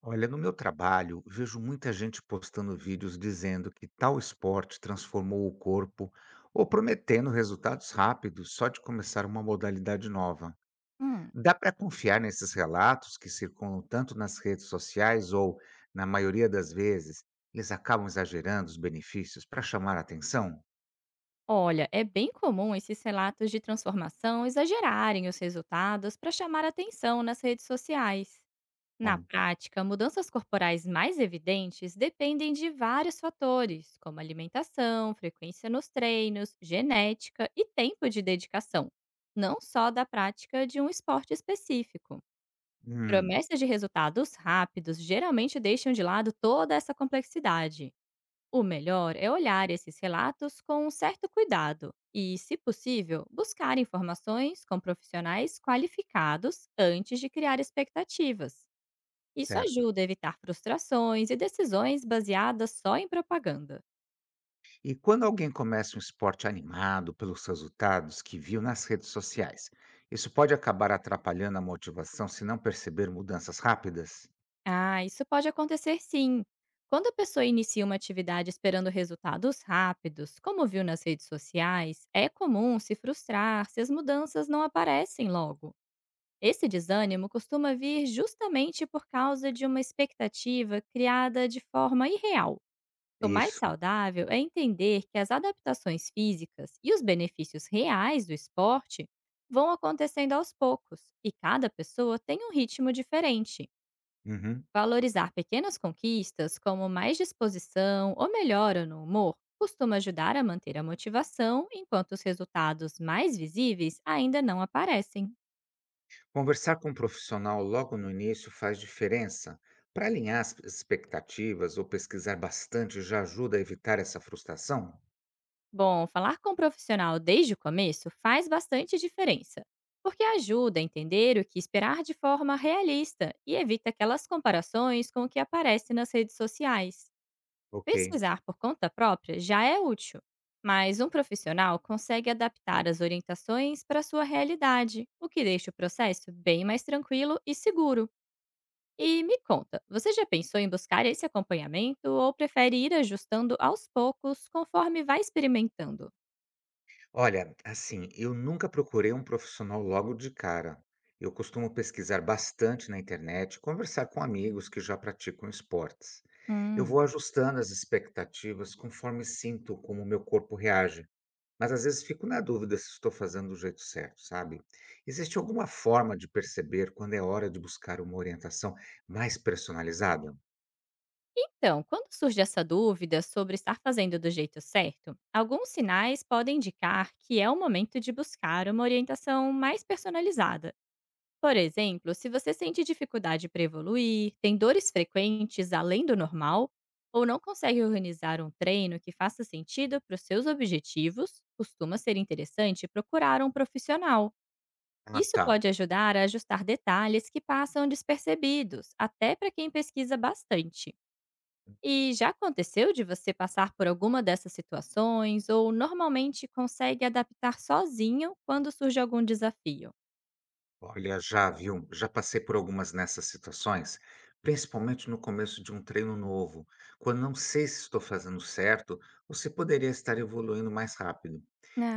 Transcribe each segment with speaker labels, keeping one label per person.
Speaker 1: Olha, no meu trabalho, vejo muita gente postando vídeos dizendo que tal esporte transformou o corpo ou prometendo resultados rápidos só de começar uma modalidade nova.
Speaker 2: Hum,
Speaker 1: Dá para confiar nesses relatos que circulam tanto nas redes sociais ou, na maioria das vezes, eles acabam exagerando os benefícios para chamar a atenção?
Speaker 2: olha, é bem comum esses relatos de transformação exagerarem os resultados para chamar atenção nas redes sociais. Na
Speaker 1: Hum,
Speaker 2: prática, mudanças corporais mais evidentes dependem de vários fatores, como alimentação, frequência nos treinos, genética e tempo de dedicação, não só da prática de um esporte específico.
Speaker 1: hum,
Speaker 2: Promessas de resultados rápidos geralmente deixam de lado toda essa complexidade. O melhor é olhar esses relatos com um certo cuidado e, se possível, buscar informações com profissionais qualificados antes de criar expectativas. Isso
Speaker 1: certo.
Speaker 2: ajuda a evitar frustrações e decisões baseadas só em propaganda.
Speaker 1: E quando alguém começa um esporte animado pelos resultados que viu nas redes sociais, isso pode acabar atrapalhando a motivação se não perceber mudanças rápidas?
Speaker 2: Ah, isso pode acontecer sim. Quando a pessoa inicia uma atividade esperando resultados rápidos, como viu nas redes sociais, é comum se frustrar se as mudanças não aparecem logo. Esse desânimo costuma vir justamente por causa de uma expectativa criada de forma irreal. O mais
Speaker 1: Isso.
Speaker 2: saudável é entender que as adaptações físicas e os benefícios reais do esporte vão acontecendo aos poucos e cada pessoa tem um ritmo diferente.
Speaker 1: Uhum.
Speaker 2: Valorizar pequenas conquistas, como mais disposição ou melhora no humor, costuma ajudar a manter a motivação enquanto os resultados mais visíveis ainda não aparecem.
Speaker 1: Conversar com um profissional logo no início faz diferença. Para alinhar as expectativas ou pesquisar bastante já ajuda a evitar essa frustração?
Speaker 2: Bom, falar com um profissional desde o começo faz bastante diferença, porque ajuda a entender o que esperar de forma realista e evita aquelas comparações com o que aparece nas redes sociais.
Speaker 1: Ok.
Speaker 2: Pesquisar por conta própria já é útil, mas um profissional consegue adaptar as orientações para a sua realidade, o que deixa o processo bem mais tranquilo e seguro. E me conta, você já pensou em buscar esse acompanhamento ou prefere ir ajustando aos poucos conforme vai experimentando?
Speaker 1: Olha, assim, eu nunca procurei um profissional logo de cara. Eu costumo pesquisar bastante na internet, e conversar com amigos que já praticam esportes. Eu
Speaker 2: Hum.
Speaker 1: vou ajustando as expectativas conforme sinto como o meu corpo reage, mas às vezes fico na dúvida se estou fazendo do jeito certo, sabe? Existe alguma forma de perceber quando é hora de buscar uma orientação mais personalizada?
Speaker 2: Então, quando surge essa dúvida sobre estar fazendo do jeito certo, alguns sinais podem indicar que é o momento de buscar uma orientação mais personalizada. Por exemplo, se você sente dificuldade para evoluir, tem dores frequentes além do normal, ou não consegue organizar um treino que faça sentido para os seus objetivos, costuma ser interessante procurar um profissional.
Speaker 1: Ah,
Speaker 2: Isso
Speaker 1: tá.
Speaker 2: pode ajudar a ajustar detalhes que passam despercebidos, até para quem pesquisa bastante. E já aconteceu de você passar por alguma dessas situações ou normalmente consegue adaptar sozinho quando surge algum desafio?
Speaker 1: Olha, já viu, já passei por algumas nessas situações, principalmente no começo de um treino novo, quando não sei se estou fazendo certo ou se poderia estar evoluindo mais rápido.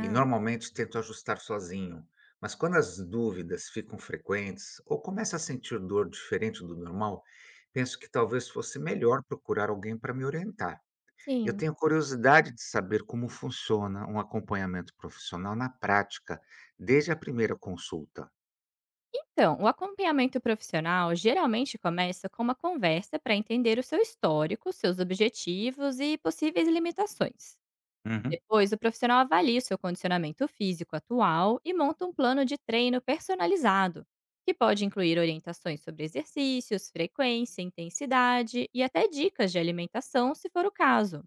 Speaker 1: E normalmente tento ajustar sozinho, mas quando as dúvidas ficam frequentes ou começo a sentir dor diferente do normal, penso que talvez fosse melhor procurar alguém para me orientar. Eu
Speaker 2: sim.
Speaker 1: tenho curiosidade de saber como funciona um acompanhamento profissional na prática, desde a primeira consulta.
Speaker 2: Então, o acompanhamento profissional geralmente começa com uma conversa para entender o seu histórico, seus objetivos e possíveis limitações.
Speaker 1: Uhum.
Speaker 2: Depois, o profissional avalia o seu condicionamento físico atual e monta um plano de treino personalizado, que pode incluir orientações sobre exercícios, frequência, intensidade e até dicas de alimentação, se for o caso.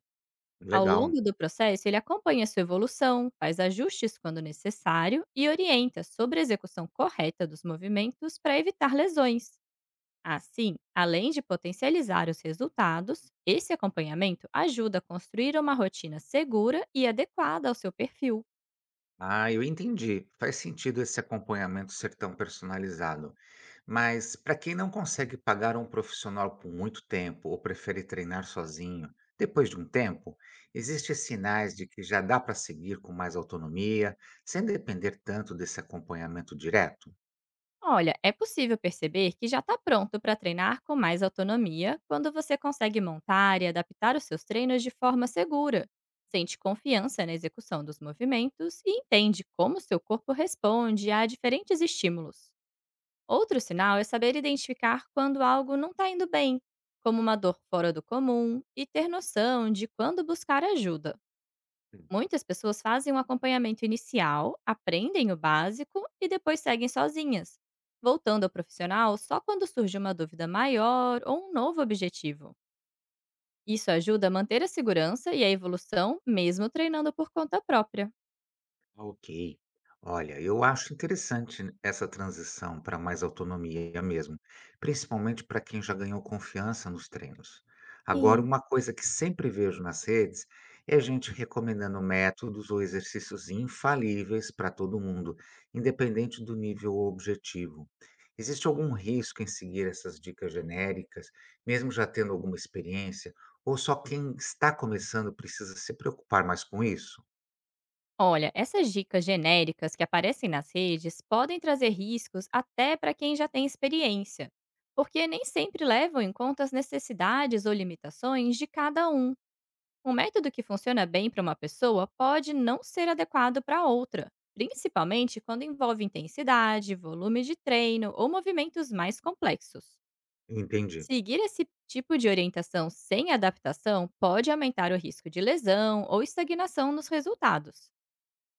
Speaker 2: Ao
Speaker 1: Legal.
Speaker 2: longo do processo, ele acompanha sua evolução, faz ajustes quando necessário e orienta sobre a execução correta dos movimentos para evitar lesões. Assim, além de potencializar os resultados, esse acompanhamento ajuda a construir uma rotina segura e adequada ao seu perfil.
Speaker 1: Ah, eu entendi. Faz sentido esse acompanhamento ser tão personalizado. Mas para quem não consegue pagar um profissional por muito tempo ou prefere treinar sozinho, depois de um tempo, existem sinais de que já dá para seguir com mais autonomia, sem depender tanto desse acompanhamento direto?
Speaker 2: Olha, é possível perceber que já está pronto para treinar com mais autonomia quando você consegue montar e adaptar os seus treinos de forma segura, sente confiança na execução dos movimentos e entende como seu corpo responde a diferentes estímulos. Outro sinal é saber identificar quando algo não está indo bem, como uma dor fora do comum, e ter noção de quando buscar ajuda. Muitas pessoas fazem um acompanhamento inicial, aprendem o básico e depois seguem sozinhas, voltando ao profissional só quando surge uma dúvida maior ou um novo objetivo. Isso ajuda a manter a segurança e a evolução, mesmo treinando por conta própria.
Speaker 1: Ok. Olha, eu acho interessante essa transição para mais autonomia mesmo, principalmente para quem já ganhou confiança nos treinos. Agora,
Speaker 2: Sim.
Speaker 1: uma coisa que sempre vejo nas redes é gente recomendando métodos ou exercícios infalíveis para todo mundo, independente do nível ou objetivo. Existe algum risco em seguir essas dicas genéricas, mesmo já tendo alguma experiência, ou só quem está começando precisa se preocupar mais com isso?
Speaker 2: Olha, essas dicas genéricas que aparecem nas redes podem trazer riscos até para quem já tem experiência, porque nem sempre levam em conta as necessidades ou limitações de cada um. Um método que funciona bem para uma pessoa pode não ser adequado para outra, principalmente quando envolve intensidade, volume de treino ou movimentos mais complexos.
Speaker 1: Entendi.
Speaker 2: Seguir esse tipo de orientação sem adaptação pode aumentar o risco de lesão ou estagnação nos resultados.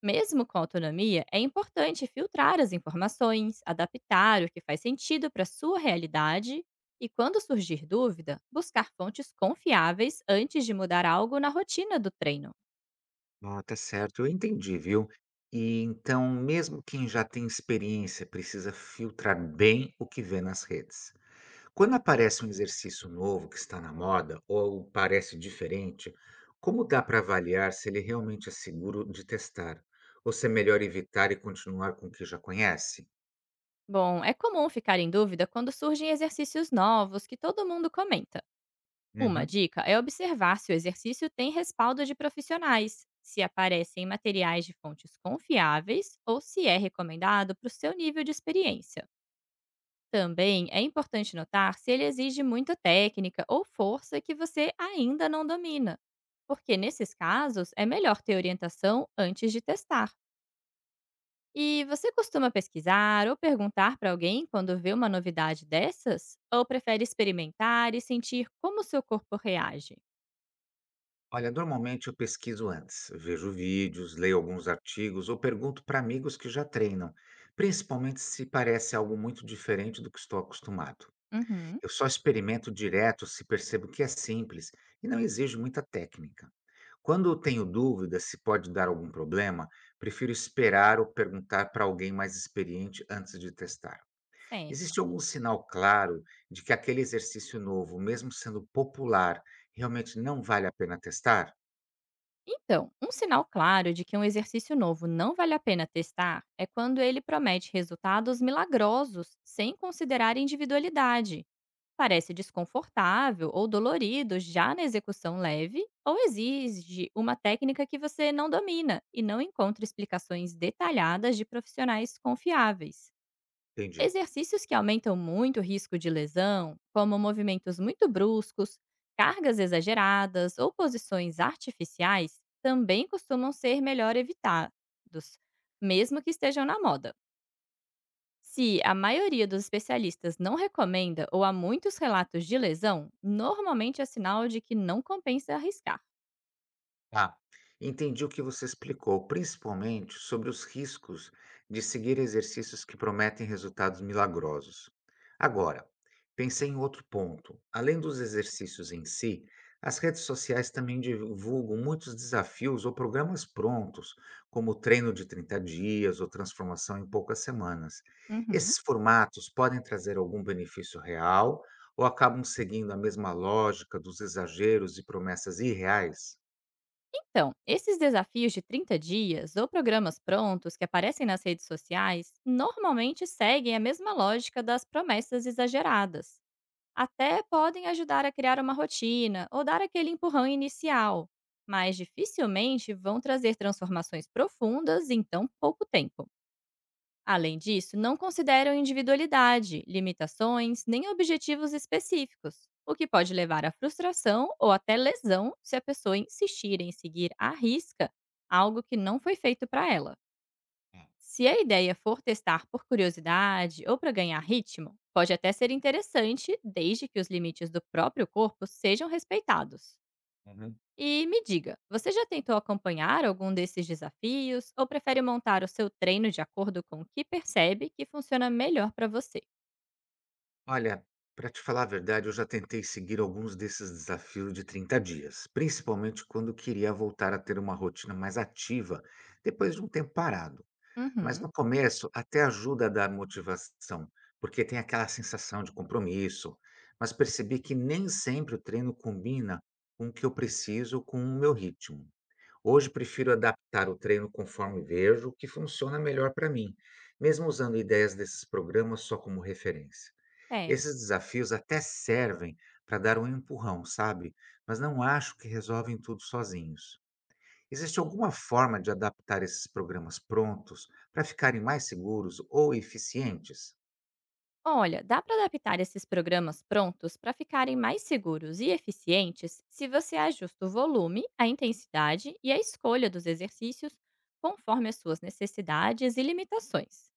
Speaker 2: Mesmo com autonomia, é importante filtrar as informações, adaptar o que faz sentido para sua realidade e, quando surgir dúvida, buscar fontes confiáveis antes de mudar algo na rotina do treino.
Speaker 1: Ah, tá certo, eu entendi, viu. E então, mesmo quem já tem experiência precisa filtrar bem o que vê nas redes. Quando aparece um exercício novo que está na moda ou parece diferente, como dá para avaliar se ele realmente é seguro de testar? Ou se é melhor evitar e continuar com o que já conhece?
Speaker 2: Bom, é comum ficar em dúvida quando surgem exercícios novos que todo mundo comenta. Uma
Speaker 1: Uhum.
Speaker 2: dica é observar se o exercício tem respaldo de profissionais, se aparecem materiais de fontes confiáveis ou se é recomendado para o seu nível de experiência. Também é importante notar se ele exige muita técnica ou força que você ainda não domina, porque nesses casos é melhor ter orientação antes de testar. E você costuma pesquisar ou perguntar para alguém quando vê uma novidade dessas? Ou prefere experimentar e sentir como seu corpo reage?
Speaker 1: Olha, normalmente eu pesquiso antes, vejo vídeos, leio alguns artigos ou pergunto para amigos que já treinam, principalmente se parece algo muito diferente do que estou acostumado.
Speaker 2: Uhum,
Speaker 1: Eu só experimento direto se percebo que é simples e não exige muita técnica. Quando eu tenho dúvida se pode dar algum problema, prefiro esperar ou perguntar para alguém mais experiente antes de testar.
Speaker 2: certo.
Speaker 1: Existe algum sinal claro de que aquele exercício novo, mesmo sendo popular, realmente não vale a pena testar?
Speaker 2: Então, um sinal claro de que um exercício novo não vale a pena testar é quando ele promete resultados milagrosos sem considerar individualidade parece desconfortável ou dolorido já na execução leve, ou exige uma técnica que você não domina e não encontra explicações detalhadas de profissionais confiáveis.
Speaker 1: Entendi.
Speaker 2: Exercícios que aumentam muito o risco de lesão, como movimentos muito bruscos, cargas exageradas ou posições artificiais, também costumam ser melhor evitados, mesmo que estejam na moda. Se a maioria dos especialistas não recomenda ou há muitos relatos de lesão, normalmente é sinal de que não compensa arriscar.
Speaker 1: Tá. Entendi o que você explicou, principalmente sobre os riscos de seguir exercícios que prometem resultados milagrosos. Agora, pensei em outro ponto. Além dos exercícios em si, as redes sociais também divulgam muitos desafios ou programas prontos, como o treino de 30 dias ou transformação em poucas semanas.
Speaker 2: Uhum.
Speaker 1: Esses formatos podem trazer algum benefício real ou acabam seguindo a mesma lógica dos exageros e promessas irreais?
Speaker 2: Então, esses desafios de 30 dias ou programas prontos que aparecem nas redes sociais normalmente seguem a mesma lógica das promessas exageradas. Até podem ajudar a criar uma rotina ou dar aquele empurrão inicial, mas dificilmente vão trazer transformações profundas em tão pouco tempo. Além disso, não consideram individualidade, limitações nem objetivos específicos, o que pode levar à frustração ou até lesão se a pessoa insistir em seguir à risca algo que não foi feito para ela. Se a ideia for testar por curiosidade ou para ganhar ritmo, pode até ser interessante, desde que os limites do próprio corpo sejam respeitados.
Speaker 1: Uhum.
Speaker 2: E me diga, você já tentou acompanhar algum desses desafios ou prefere montar o seu treino de acordo com o que percebe que funciona melhor para você?
Speaker 1: Olha, para te falar a verdade, eu já tentei seguir alguns desses desafios de 30 dias, principalmente quando queria voltar a ter uma rotina mais ativa depois de um tempo parado. Mas
Speaker 2: Uhum,
Speaker 1: no começo até ajuda a dar motivação, porque tem aquela sensação de compromisso. Mas percebi que nem sempre o treino combina com o que eu preciso, com o meu ritmo. Hoje prefiro adaptar o treino conforme vejo o que funciona melhor para mim, mesmo usando ideias desses programas só como referência. Esses
Speaker 2: certo.
Speaker 1: desafios até servem para dar um empurrão, sabe? Mas não acho que resolvem tudo sozinhos. Existe alguma forma de adaptar esses programas prontos para ficarem mais seguros ou eficientes?
Speaker 2: Olha, dá para adaptar esses programas prontos para ficarem mais seguros e eficientes se você ajusta o volume, a intensidade e a escolha dos exercícios conforme as suas necessidades e limitações.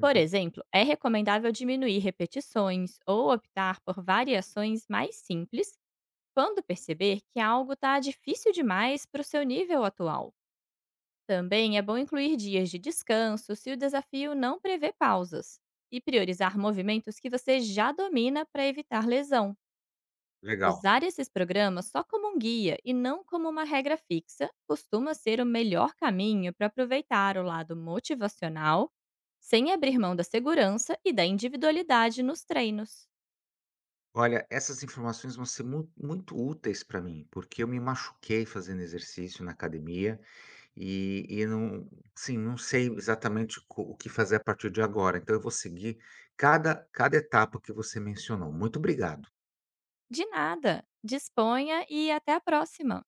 Speaker 2: Por exemplo, é recomendável diminuir repetições ou optar por variações mais simples quando perceber que algo está difícil demais para o seu nível atual. Também é bom incluir dias de descanso se o desafio não prevê pausas e priorizar movimentos que você já domina para evitar lesão.
Speaker 1: legal.
Speaker 2: Usar esses programas só como um guia e não como uma regra fixa costuma ser o melhor caminho para aproveitar o lado motivacional sem abrir mão da segurança e da individualidade nos treinos.
Speaker 1: Olha, essas informações vão ser muito úteis para mim, porque eu me machuquei fazendo exercício na academia e não sei exatamente o que fazer a partir de agora. Então, eu vou seguir cada etapa que você mencionou. Muito obrigado.
Speaker 2: De nada! Disponha e até a próxima!